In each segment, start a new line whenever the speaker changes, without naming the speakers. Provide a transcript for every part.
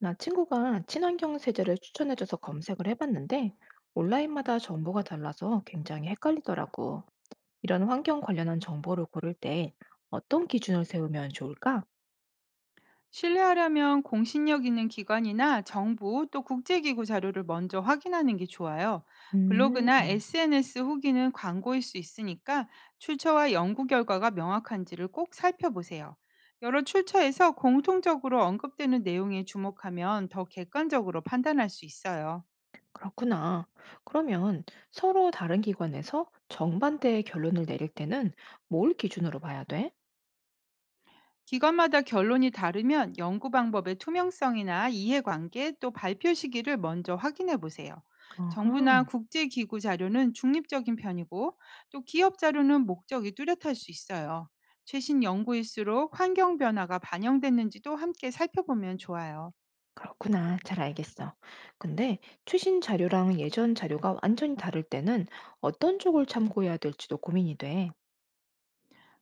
나 친구가 친환경 세제를 추천해줘서 검색을 해봤는데 온라인마다 정보가 달라서 굉장히 헷갈리더라고. 이런 환경 관련한 정보를 고를 때 어떤 기준을 세우면 좋을까?
신뢰하려면 공신력 있는 기관이나 정부 또 국제기구 자료를 먼저 확인하는 게 좋아요. 블로그나
음,
SNS 후기는 광고일 수 있으니까 출처와 연구 결과가 명확한지를 꼭 살펴보세요. 여러 출처에서 공통적으로 언급되는 내용에 주목하면 더 객관적으로 판단할 수 있어요.
그렇구나. 그러면 서로 다른 기관에서 정반대의 결론을 내릴 때는 뭘 기준으로 봐야 돼?
기관마다 결론이 다르면 연구 방법의 투명성이나 이해관계 또 발표 시기를 먼저 확인해 보세요.
어허,
정부나 국제기구 자료는 중립적인 편이고 또 기업 자료는 목적이 뚜렷할 수 있어요. 최신 연구일수록 환경 변화가 반영됐는지도 함께 살펴보면 좋아요.
그렇구나. 잘 알겠어. 근데 최신 자료랑 예전 자료가 완전히 다를 때는 어떤 쪽을 참고해야 될지도 고민이 돼.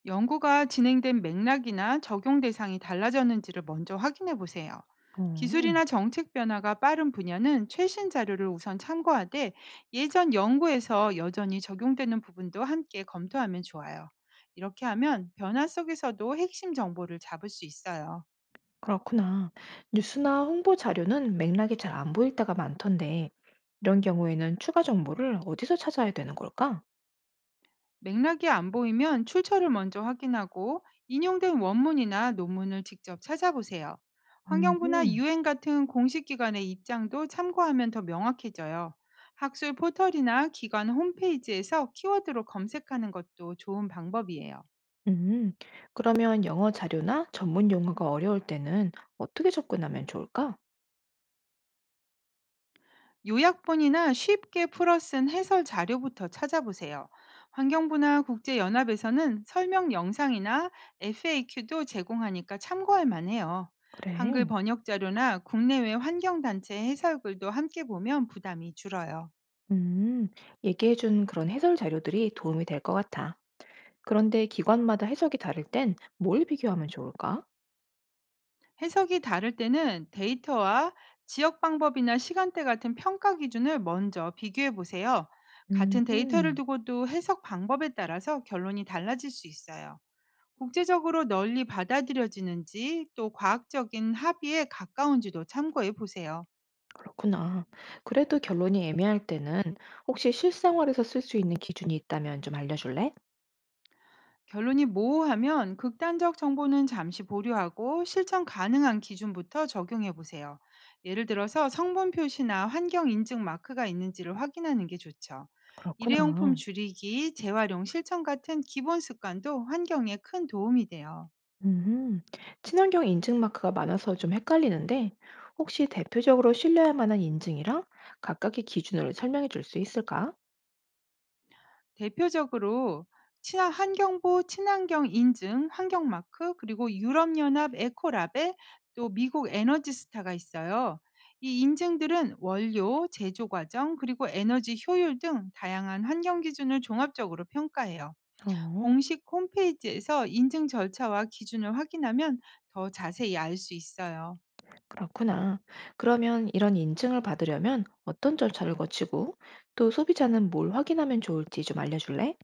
연구가 진행된 맥락이나 적용 대상이 달라졌는지를 먼저 확인해 보세요.
어.
기술이나 정책 변화가 빠른 분야는 최신 자료를 우선 참고하되 예전 연구에서 여전히 적용되는 부분도 함께 검토하면 좋아요. 이렇게 하면 변화 속에서도 핵심 정보를 잡을 수 있어요.
그렇구나. 뉴스나 홍보 자료는 맥락이 잘 안 보일 때가 많던데, 이런 경우에는 추가 정보를 어디서 찾아야 되는 걸까?
맥락이 안 보이면 출처를 먼저 확인하고 인용된 원문이나 논문을 직접 찾아보세요. 환경부나
음,
유엔 같은 공식 기관의 입장도 참고하면 더 명확해져요. 학술 포털이나 기관 홈페이지에서 키워드로 검색하는 것도 좋은 방법이에요.
음, 그러면 영어 자료나 전문 용어가 어려울 때는 어떻게 접근하면 좋을까?
요약본이나 쉽게 풀어 쓴 해설 자료부터 찾아보세요. 환경부나 국제연합에서는 설명 영상이나 FAQ도 제공하니까 참고할 만해요. 한글
그래.
번역 자료나 국내외 환경단체 해설글도 함께 보면 부담이 줄어요.
음, 얘기해준 그런 해설 자료들이 도움이 될 것 같아. 그런데 기관마다 해석이 다를 땐 뭘 비교하면 좋을까?
해석이 다를 때는 데이터와 지역 방법이나 시간대 같은 평가 기준을 먼저 비교해 보세요. 같은 데이터를
음.
두고도 해석 방법에 따라서 결론이 달라질 수 있어요. 국제적으로 널리 받아들여지는지 또 과학적인 합의에 가까운지도 참고해 보세요.
그렇구나. 그래도 결론이 애매할 때는 혹시 실생활에서 쓸 수 있는 기준이 있다면 좀 알려줄래?
결론이 모호하면 극단적 정보는 잠시 보류하고 실천 가능한 기준부터 적용해 보세요. 예를 들어서 성분 표시나 환경 인증 마크가 있는지를 확인하는 게 좋죠. 일회용품
그렇구나.
줄이기, 재활용 실천 같은 기본 습관도 환경에 큰 도움이 돼요.
음, 친환경 인증 마크가 많아서 좀 헷갈리는데 혹시 대표적으로 신뢰할 만한 인증이랑 각각의 기준을 설명해 줄 수 있을까?
대표적으로 친환 환경부 친환경 인증 환경 마크 그리고 유럽연합 에코랍에 또 미국 에너지스타가 있어요. 이 인증들은 원료, 제조 과정, 그리고 에너지 효율 등 다양한 환경 기준을 종합적으로 평가해요.
어,
공식 홈페이지에서 인증 절차와 기준을 확인하면 더 자세히 알 수 있어요.
그렇구나. 그러면 이런 인증을 받으려면 어떤 절차를 거치고 또 소비자는 뭘 확인하면 좋을지 좀 알려줄래?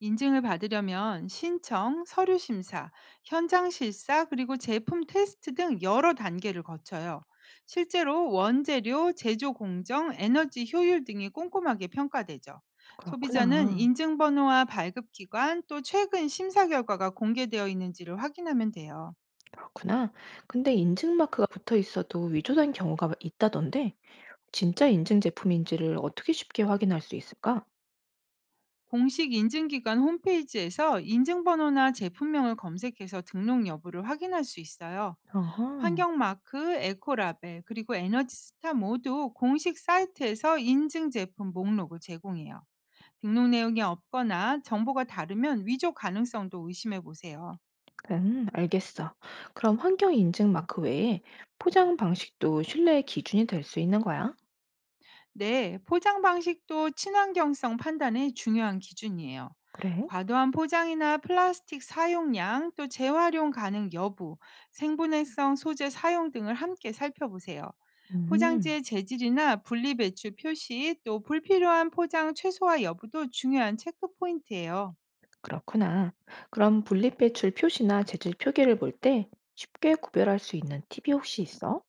인증을 받으려면 신청, 서류 심사, 현장 실사, 그리고 제품 테스트 등 여러 단계를 거쳐요. 실제로 원재료, 제조 공정, 에너지 효율 등이 꼼꼼하게 평가되죠. 소비자는
그렇구나.
인증번호와 발급기관, 또 최근 심사 결과가 공개되어 있는지를 확인하면 돼요.
그렇구나. 근데 인증 마크가 붙어 있어도 위조된 경우가 있다던데, 진짜 인증 제품인지를 어떻게 쉽게 확인할 수 있을까?
공식 인증기관 홈페이지에서 인증번호나 제품명을 검색해서 등록 여부를 확인할 수 있어요.
어허,
환경 마크, 에코라벨, 그리고 에너지 스타 모두 공식 사이트에서 인증 제품 목록을 제공해요. 등록 내용이 없거나 정보가 다르면 위조 가능성도 의심해 보세요.
알겠어. 그럼 환경 인증 마크 외에 포장 방식도 신뢰의 기준이 될 수 있는 거야?
네, 포장 방식도 친환경성 판단의 중요한 기준이에요.
그래?
과도한 포장이나 플라스틱 사용량, 또 재활용 가능 여부, 생분해성 소재 사용 등을 함께 살펴보세요.
음,
포장지의 재질이나 분리배출 표시, 또 불필요한 포장 최소화 여부도 중요한 체크 포인트예요.
그렇구나. 그럼 분리 배출 표시나 재질 표기를 볼 때 쉽게 구별할 수 있는 팁이 혹시 있어?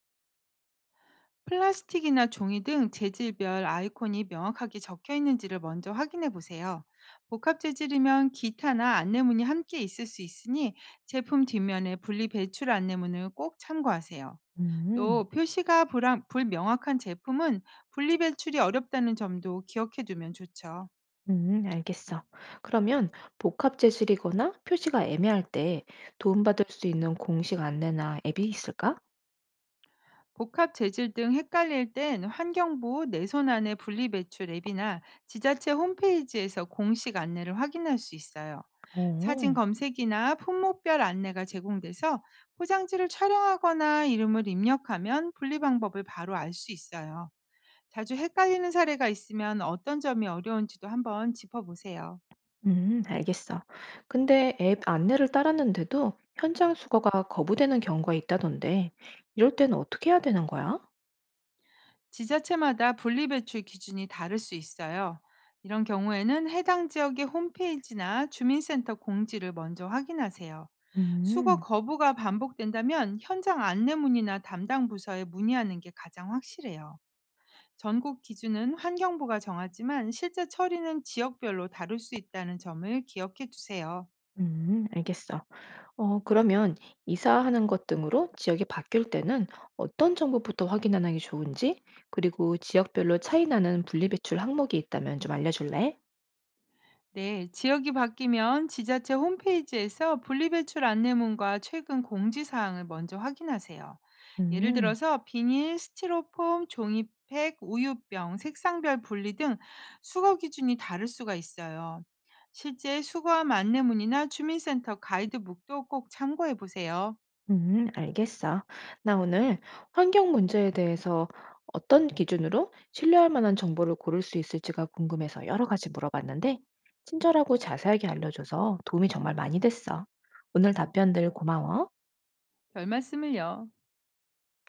플라스틱이나 종이 등 재질별 아이콘이 명확하게 적혀 있는지를 먼저 확인해 보세요. 복합 재질이면 기타나 안내문이 함께 있을 수 있으니 제품 뒷면에 분리 배출 안내문을 꼭 참고하세요.
음.
또 표시가 불명확한 제품은 분리 배출이 어렵다는 점도 기억해 두면 좋죠.
알겠어. 그러면 복합 재질이거나 표시가 애매할 때 도움받을 수 있는 공식 안내나 앱이 있을까?
복합 재질 등 헷갈릴 땐 환경부 내손 안에 분리배출 앱이나 지자체 홈페이지에서 공식 안내를 확인할 수 있어요. 사진
오,
검색이나 품목별 안내가 제공돼서 포장지를 촬영하거나 이름을 입력하면 분리 방법을 바로 알 수 있어요. 자주 헷갈리는 사례가 있으면 어떤 점이 어려운지도 한번 짚어보세요.
알겠어. 근데 앱 안내를 따랐는데도 현장 수거가 거부되는 경우가 있다던데, 이럴 때는 어떻게 해야 되는 거야?
지자체마다 분리배출 기준이 다를 수 있어요. 이런 경우에는 해당 지역의 홈페이지나 주민센터 공지를 먼저 확인하세요. 수거
음,
거부가 반복된다면 현장 안내문이나 담당 부서에 문의하는 게 가장 확실해요. 전국 기준은 환경부가 정하지만 실제 처리는 지역별로 다를 수 있다는 점을 기억해 두세요.
알겠어. 어, 그러면 이사하는 것 등으로 지역이 바뀔 때는 어떤 정보부터 확인하는 게 좋은지, 그리고 지역별로 차이 나는 분리배출 항목이 있다면 좀 알려줄래?
네, 지역이 바뀌면 지자체 홈페이지에서 분리배출 안내문과 최근 공지사항을 먼저 확인하세요. 예를
음.
들어서 비닐, 스티로폼, 종이팩, 우유병, 색상별 분리 등 수거 기준이 다를 수가 있어요. 실제 수거함 안내문이나 주민센터 가이드북도 꼭 참고해 보세요.
알겠어. 나 오늘 환경 문제에 대해서 어떤 기준으로 신뢰할 만한 정보를 고를 수 있을지가 궁금해서 여러 가지 물어봤는데, 친절하고 자세하게 알려줘서 도움이 정말 많이 됐어. 오늘 답변들 고마워.
별 말씀을요.